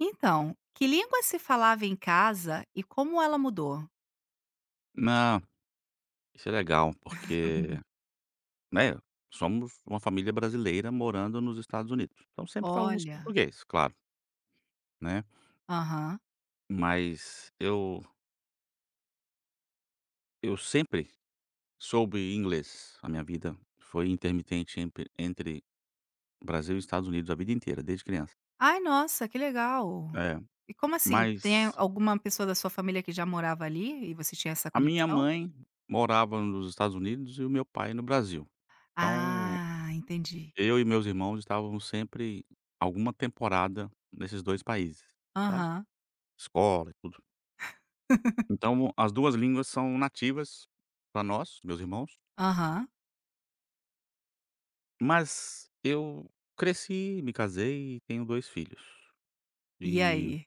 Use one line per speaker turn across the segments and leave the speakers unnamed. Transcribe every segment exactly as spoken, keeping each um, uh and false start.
Então, que língua se falava em casa e como ela mudou?
Não, isso é legal, porque, né, somos uma família brasileira morando nos Estados Unidos, então sempre falamos
Olha,
português, claro, né,
aham.
mas eu eu sempre soube inglês, a minha vida foi intermitente empre entre Brasil e Estados Unidos a vida inteira, desde criança.
Ai, nossa, que legal.
É,
E como assim? Tem
mas
alguma pessoa da sua família que já morava ali e você tinha essa
a minha
conexão?
mãe morava nos Estados Unidos e o meu pai no Brasil, então
Ah, entendi.
eu e meus irmãos estávamos sempre alguma temporada nesses dois países, sabe,
Aham,
escola e tudo. Então, as duas línguas são nativas para nós, meus irmãos,
aham.
mas eu cresci, me casei e tenho dois filhos.
E
E
aí?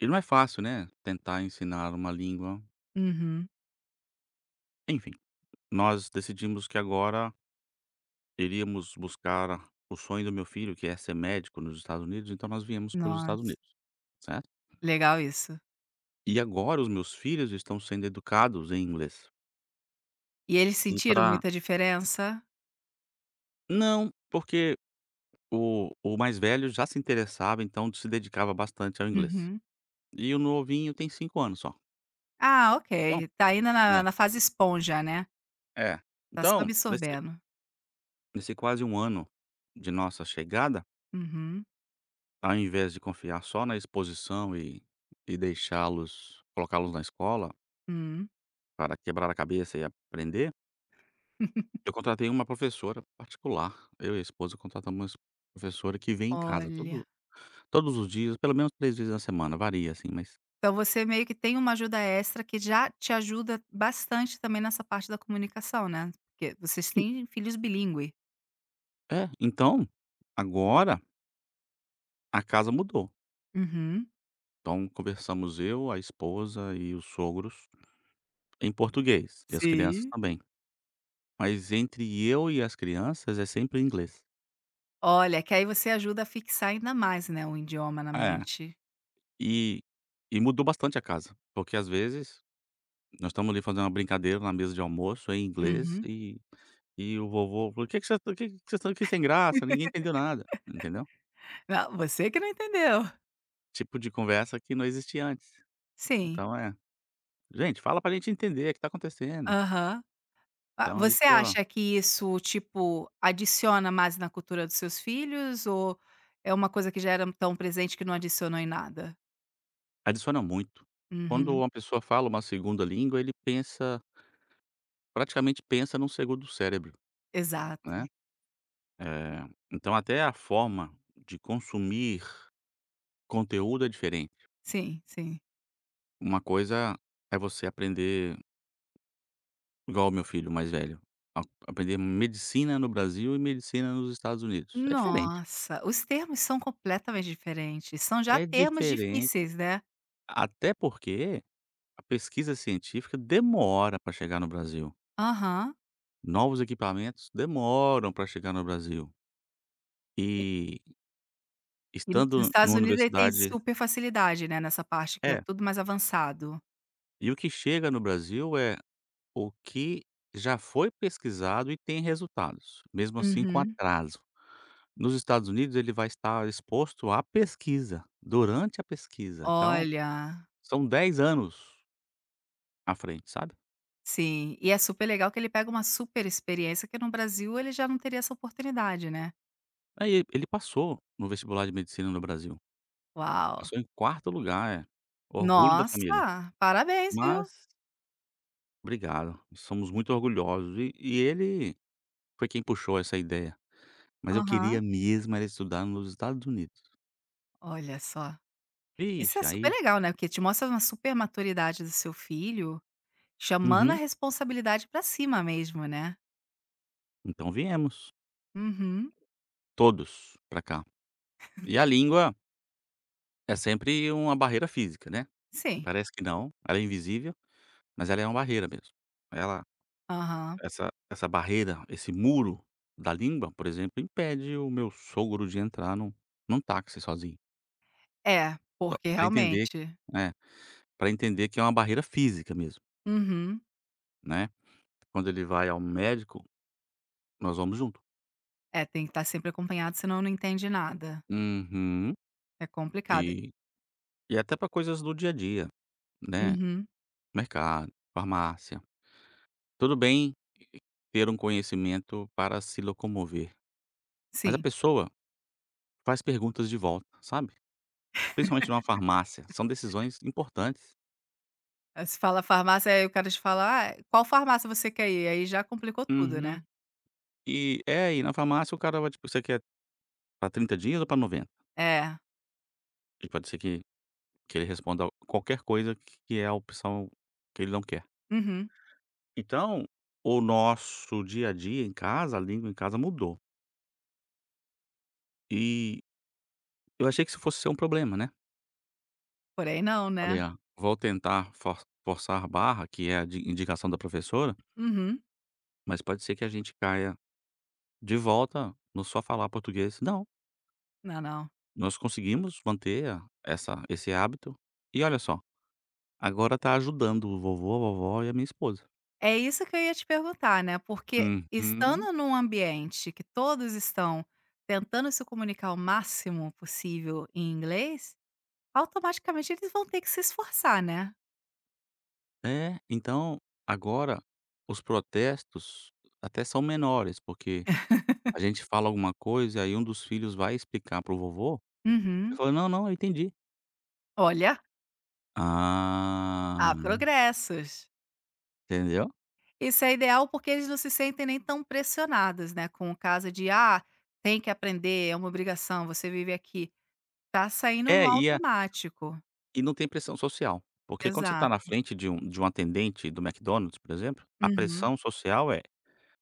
e não é fácil, né, tentar ensinar uma língua.
Uhum.
Enfim, nós decidimos que agora iríamos buscar o sonho do meu filho, que é ser médico nos Estados Unidos, então nós viemos para os Estados
Nossa,
Unidos, certo?
legal isso.
E agora os meus filhos estão sendo educados em inglês.
E eles
E
sentiram
para
muita diferença?
não, porque O o mais velho já se interessava, então se dedicava bastante ao inglês.
Uhum.
E o novinho tem cinco anos só.
Ah,
Então
ok. Tá ainda na
é,
na fase esponja, né,
é.
tá só
Então, nesse
absorvendo.
nesse quase um ano de nossa chegada,
Uhum,
ao invés de confiar só na exposição e e deixá-los colocá-los na escola
hum.
para quebrar a cabeça e aprender, eu contratei uma professora particular. Eu e a esposa contratamos uma es- professora que vem em casa
Olha,
todo todos os dias, pelo menos três vezes na semana, varia assim, mas
então você meio que tem uma ajuda extra que já te ajuda bastante também nessa parte da comunicação, né, porque vocês têm filhos bilíngue.
é, então agora a casa mudou,
Uhum.
então conversamos eu, a esposa e os sogros em português, e as crianças
Sim.
também. Mas entre eu e as crianças é sempre em inglês.
Olha, que aí você ajuda a fixar ainda mais, né, o idioma na
É,
mente.
e e mudou bastante a casa, porque às vezes nós estamos ali fazendo uma brincadeira na mesa de almoço em inglês
Uhum.
e e o vovô falou: "O que que vocês que que vocês estão aqui sem graça? Ninguém entendeu nada", entendeu?
Não, você que não entendeu.
Tipo de conversa que não existia antes.
Sim.
Então é: "Gente, fala pra gente entender o que está acontecendo".
Aham. Ah,
Então
você
isso
acha que isso, tipo, adiciona mais na cultura dos seus filhos ou é uma coisa que já era tão presente que não adicionou em nada?
Adiciona muito. Quando
Uhum.
uma pessoa fala uma segunda língua, ele pensa praticamente pensa num segundo cérebro,
Exato.
né. Eh, então até a forma de consumir conteúdo é diferente.
Sim, sim.
Uma coisa é você aprender igual o meu filho mais velho, a aprender medicina no Brasil e medicina nos Estados Unidos. É diferente,
Nossa, os termos são completamente diferentes, são já
é
termos
diferente,
difíceis, né.
até porque a pesquisa científica demora para chegar no Brasil.
Aham.
Novos equipamentos demoram para chegar no Brasil.
E
E
e nos
Estando
Estados
numa
Unidos ele tem
universidade
super facilidade, né, nessa parte que é
é,
tudo mais avançado.
e o que chega no Brasil é o que já foi pesquisado e tem resultados, mesmo assim com
Uhum.
atraso. Nos Estados Unidos ele vai estar exposto à pesquisa, durante a pesquisa, então
Olha,
são dez anos à frente, sabe.
sim, e é super legal que ele pega uma super experiência que no Brasil ele já não teria essa oportunidade, né.
Aí ele passou no vestibular de medicina no Brasil,
Uau.
passou em quarto lugar, é, orgulho da família.
Nossa, parabéns, viu.
Mas obrigado, somos muito orgulhosos e e ele foi quem puxou essa ideia. Mas eu
Aham.
queria mesmo era estudar nos Estados Unidos.
Olha só. Isso é
Vixe,
super
aí.
legal, né, porque te mostra uma super maturidade do seu filho. Chamando a
Uhum.
responsabilidade pra cima mesmo, né.
Então viemos,
Uhum.
todos pra cá. E a língua é sempre uma barreira física, né.
Sim.
Parece que não, ela é invisível, mas ela é uma barreira mesmo. Ela
Aham.
essa essa barreira, esse muro da língua, por exemplo, impede o meu sogro de entrar num num táxi sozinho.
É,
Só
porque
pra entender,
realmente.
né? Para entender que é uma barreira física mesmo,
Uhum.
né. Quando ele vai ao médico, nós vamos junto.
É, tem que estar sempre acompanhado, senão não entende nada.
Uhum.
É complicado.
E E até para coisas do dia a dia, né,
Uhum.
mercado, farmácia. Tudo bem ter um conhecimento para se locomover, mas a
Sim.
pessoa faz perguntas de volta, sabe, principalmente numa farmácia, são decisões importantes.
Aí se fala farmácia, aí o cara te fala: "Ah, qual farmácia você quer ir?" Aí já complicou tudo, né.
Uhum. E é, aí na farmácia o cara vai, tipo: "Você quer para trinta dias ou para noventa".
É.
E pode ser que que ele responda qualquer coisa que é a opção que ele não quer.
Uhum.
Então, o nosso dia a dia em casa, a língua em casa mudou. E eu achei que isso fosse ser um problema, né.
Por aí não,
Falei:
né.
"Ah, vou tentar for forçar a barra", que é a di indicação da professora,
Uhum.
mas pode ser que a gente caia de volta no só falar português. Não,
Não, não.
nós conseguimos manter a essa esse hábito. E olha só, agora tá ajudando o vovô, a vovó e a minha esposa.
É isso que eu ia te perguntar, né, porque
Uhum.
estando num ambiente que todos estão tentando se comunicar o máximo possível em inglês, automaticamente eles vão ter que se esforçar, né.
É, então agora os protestos até são menores, porque a gente fala alguma coisa e aí um dos filhos vai explicar para o vovô, ele
Uhum.
fala: "Não, não, eu entendi".
Olha, há
Ah,
progressos.
entendeu?
Isso é ideal porque eles não se sentem nem tão pressionados, né, com o caso de: "Ah, tem que aprender, é uma obrigação, você vive aqui". Tá saindo no
É, e
automático.
E não tem pressão social, porque quando você está na
Exato.
frente de um de um atendente do McDonald's, por exemplo, a
Uhum.
pressão social é: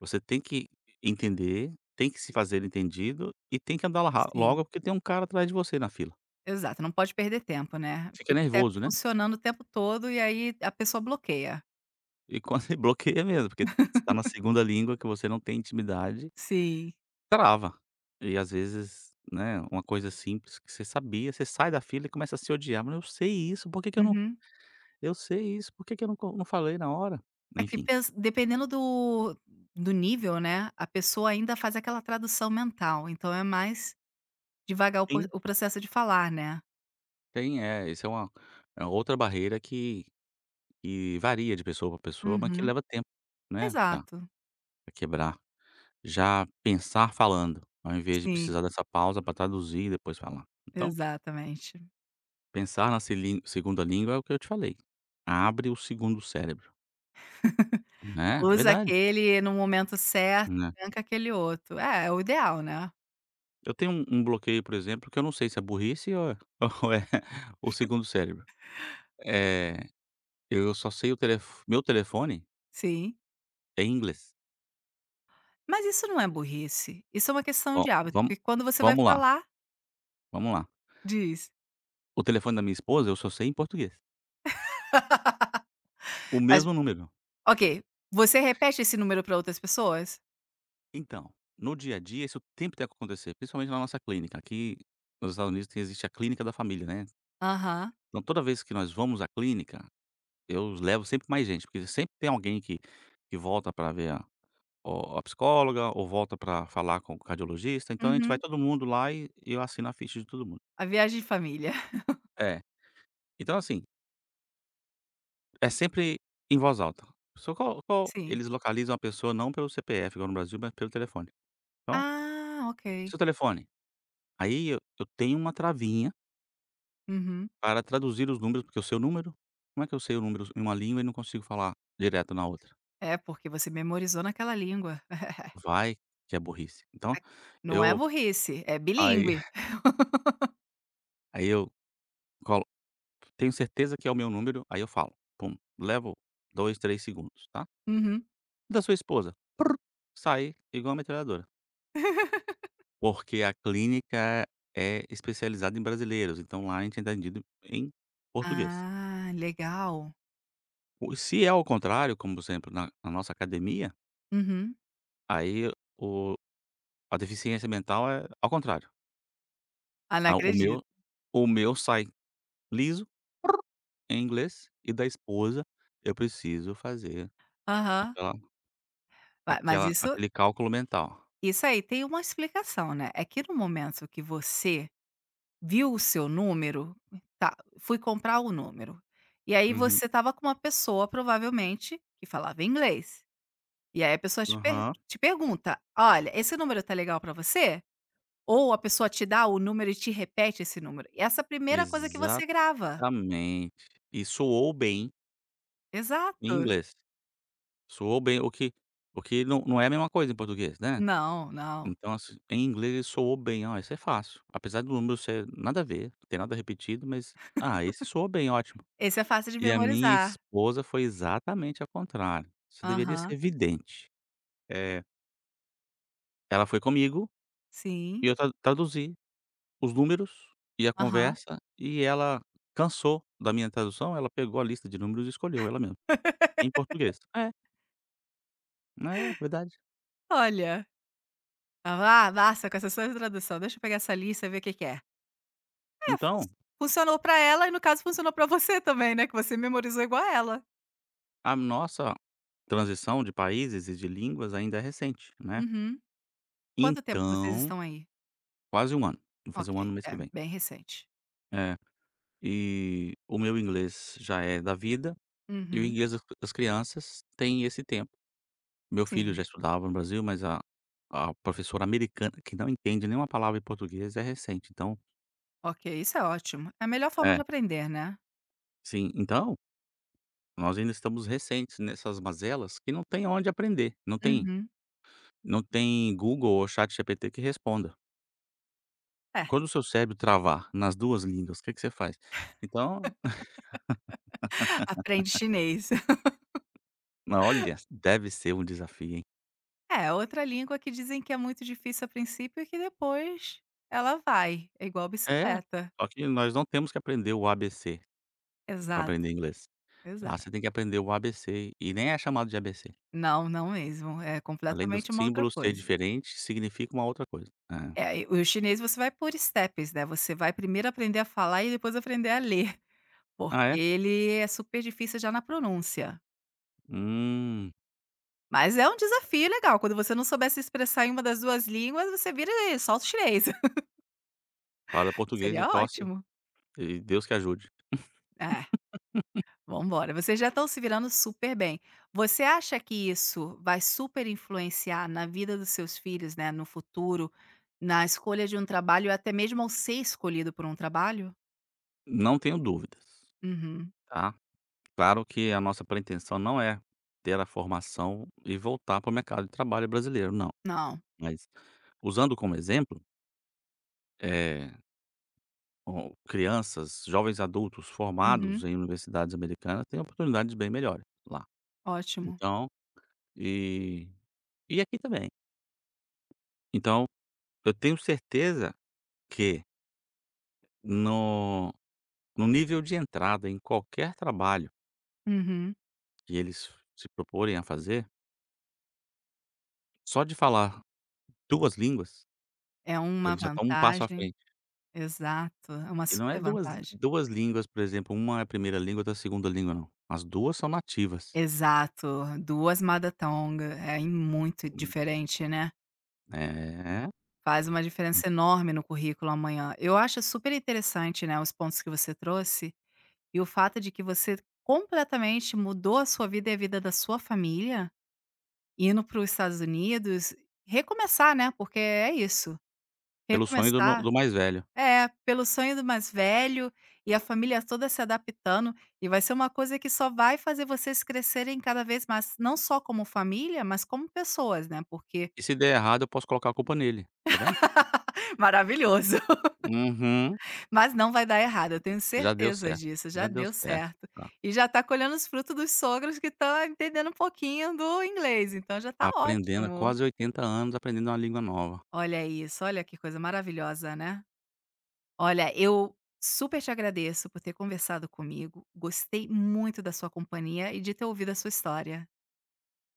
você tem que entender, tem que se fazer entendido e tem que andar la
Sim.
logo porque tem um cara atrás de você na fila.
Exato, não pode perder tempo, né. O
Fica
tic-tac
nervoso, né.
funcionando o tempo todo e aí a pessoa bloqueia.
E quando E bloqueia mesmo, porque você está na segunda língua que você não tem intimidade,
Sim.
trava. E às vezes, né, uma coisa simples que você sabia, você sai da fila e começa a se odiar: "Mas eu sei isso, por que que eu não
Uhum.
eu sei isso, por que que eu não co não falei na hora?".
É que,
Enfim.
pens dependendo do do nível, né, a pessoa ainda faz aquela tradução mental, então é mais devagar o po o processo de falar, né.
Tem, é, isso é uma é outra barreira que que varia de pessoa para pessoa, mas que
Uhum.
leva tempo, né, pra
Exato.
pra quebrar. Já pensar falando, ao invés de
Sim,
precisar dessa pausa pra traduzir e depois falar. Então,
exatamente.
pensar na selin segunda língua é o que eu te falei, abre o segundo cérebro, né,
Usa
verdade,
aquele no momento certo,
né.
tranca aquele outro. É, é o ideal, né.
Eu tenho um um bloqueio, por exemplo, que eu não sei se é burrice ou ou é o segundo cérebro. Eh, eu só sei o telef meu telefone
Sim.
é em inglês.
Mas isso não é burrice, isso é uma questão
Ó,
de hábito,
vamos
porque quando você vai
vamos lá,
falar,
vamos lá.
diz.
O telefone da minha esposa eu só sei em português. O
Mas,
mesmo número.
ok, você repete esse número para outras pessoas?
Então, no dia a dia isso o tempo tem que acontecer, principalmente na nossa clínica. Aqui nos Estados Unidos tem existe a clínica da família, né.
Aham.
Então toda vez que nós vamos à clínica, eu levo sempre mais gente, porque sempre tem alguém que que volta para ver a o a psicóloga ou volta para falar com o cardiologista, então a gente vai
Uhum.
todo mundo lá e e eu assino a ficha de todo mundo.
A viagem de família.
É. Então assim, é sempre em voz alta. Só qual qual
Sim.
eles localizam a pessoa não pelo C P F igual no Brasil, mas pelo telefone. Então:
Ah, ok.
"Seu telefone". Aí eu eu tenho uma travinha
Uhum.
para traduzir os números, porque eu sei o número. Como é que eu sei o número em uma língua e não consigo falar direto na outra?
É, porque você memorizou naquela língua.
Vai que é burrice. Então,
Não é
eu
burrice, é
aí
bilíngue.
aí eu colo tenho certeza que é o meu número, aí eu falo, pum, levo dois três segundos, tá.
Uhum.
Da sua esposa, prr, sai igual a metralhadora, porque a clínica é especializada em brasileiros, então lá a gente é entendido em português.
Ah, legal.
O se é ao contrário, como por exemplo na na nossa academia,
Uhum.
aí o A deficiência mental é ao contrário.
Ah, não
A o
acredito.
meu o meu sai liso em inglês e da esposa eu preciso fazer
Aham.
aquela
Ma mas
aquela
isso
aquele cálculo mental.
isso aí tem uma explicação, né, é que no momento que você viu o seu número, tá, fui comprar o número. E aí
Uhum.
você estava com uma pessoa provavelmente que falava inglês. E aí a pessoa te per
Aham.
te pergunta: "Olha, esse número tá legal para você?" Ou a pessoa te dá o número e te repete esse número, e essa é a primeira coisa que você grava.
Exatamente. E soou bem em
Exato.
inglês. Soou bem o que o que não não é a mesma coisa em português, né.
Não, não.
Então, assim, em inglês ele soou bem: "Ó, isso é fácil", apesar do número ser nada a ver, não tem nada repetido, mas, ah, esse soou bem, ótimo.
Esse é fácil de
E a minha
memorizar.
esposa foi exatamente ao contrário. Isso deveria ser
Aham.
evidente. Eh, Ela foi comigo e
Sim.
eu tra traduzi os números e a
Aham.
conversa, e ela cansou da minha tradução, ela pegou a lista de números e escolheu ela mesma, em português. É, é verdade.
Olha, ah, basta com essa sua introdução, deixa eu pegar essa lista e ver o que que é. É, fun
Então,
funcionou pra ela e no caso funcionou pra você também, né, que você memorizou igual a ela.
a nossa transição de países e de línguas ainda é recente, né.
Uhum. Quanto tempo vocês
Então,
estão aí?
quase um ano. Vou fazer
Ok,
um ano no mês
é
que vem.
bem recente.
É, e o meu inglês já é da vida. E o
Uhum,
inglês das das crianças tem esse tempo. Meu filho
sim.
já estudava no Brasil, mas a a professora americana, que não entende nenhuma palavra em português, é recente, então
Ok, isso é ótimo. É a melhor forma de
é,
aprender, né.
sim. Então, nós ainda estamos recentes nessas mazelas que não tem onde aprender, não tem
Uhum.
não tem Google ou ChatGPT que responda.
É.
Quando o seu cérebro travar nas duas línguas, o que que você faz? Então,
Aprende chinês.
na- olha, deve ser um desafio, hein.
É, outra língua que dizem que é muito difícil a princípio e que depois ela vai, é igual
É,
bicicleta.
só que nós não temos que aprender o A B C para
Exato,
aprender inglês. Lá
exato.
você tem que aprender o A B C, e nem é chamado de A B C.
Não, não mesmo, é
Além do
completamente uma outra
símbolo ser
coisa.
diferente, significa uma outra coisa. É.
É, e o chinês você vai por steps, né, você vai primeiro aprender a falar e depois aprender a ler, porque
Ah, é?
ele é super difícil já na pronúncia.
Hum.
Mas é um desafio legal, quando você não souber se expressar em uma das duas línguas, você vira e solta o chinês.
Fala português e
Seria
tosse,
ótimo.
e Deus que ajude.
É, vamos embora, vocês já estão se virando super bem. Você acha que isso vai super influenciar na vida dos seus filhos, né, no futuro, na escolha de um trabalho, até mesmo ao ser escolhido por um trabalho?
Não tenho dúvidas,
Uhum.
tá. Claro que a nossa pretensão não é ter a formação e voltar para o mercado de trabalho brasileiro, não.
Não.
Mas, usando como exemplo, eh, o crianças, jovens adultos formados
Uhum.
em universidades americanas têm oportunidades bem melhores lá.
Ótimo.
Então e e aqui também. Então, eu tenho certeza que no no nível de entrada em qualquer trabalho
Uhum.
que eles se proporem a fazer, só de falar duas línguas,
É uma
eles já estão um passo à
vantagem,
frente.
exato, é uma
E não é
super
duas
vantagem.
duas línguas, por exemplo, uma é a primeira língua, outra é a segunda língua não, as duas são nativas.
Exato, duas madatonga, é e muito
Hum.
diferente, né.
É,
Faz uma diferença enorme no currículo amanhã. Eu acho super interessante, né, os pontos que você trouxe, e o fato de que você completamente mudou a sua vida e a vida da sua família, indo para os Estados Unidos, recomeçar, né, porque é isso,
pelo sonho do no
recomeçar.
do mais velho.
É, pelo sonho do mais velho e a família toda se adaptando, e vai ser uma coisa que só vai fazer vocês crescerem cada vez mais, não só como família, mas como pessoas, né, porque
E se der errado eu posso colocar a culpa nele, tá vendo?
maravilhoso,
Uhum,
mas não vai dar errado, eu tenho
já deu
certeza
certo,
disso, já
já deu
deu
certo.
certo.
Tá
E já tá colhendo os frutos dos sogros que estão entendendo um pouquinho do inglês, então já tá
aprendendo há
ótimo.
quase oitenta anos, aprendendo uma língua nova.
Olha isso, olha que coisa maravilhosa, né? Olha, eu super te agradeço por ter conversado comigo. Gostei muito da sua companhia e de ter ouvido a sua história.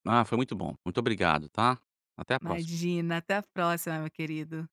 Ah, foi muito bom. Muito obrigado, tá? Até a próxima.
Imagina, até a próxima, meu querido.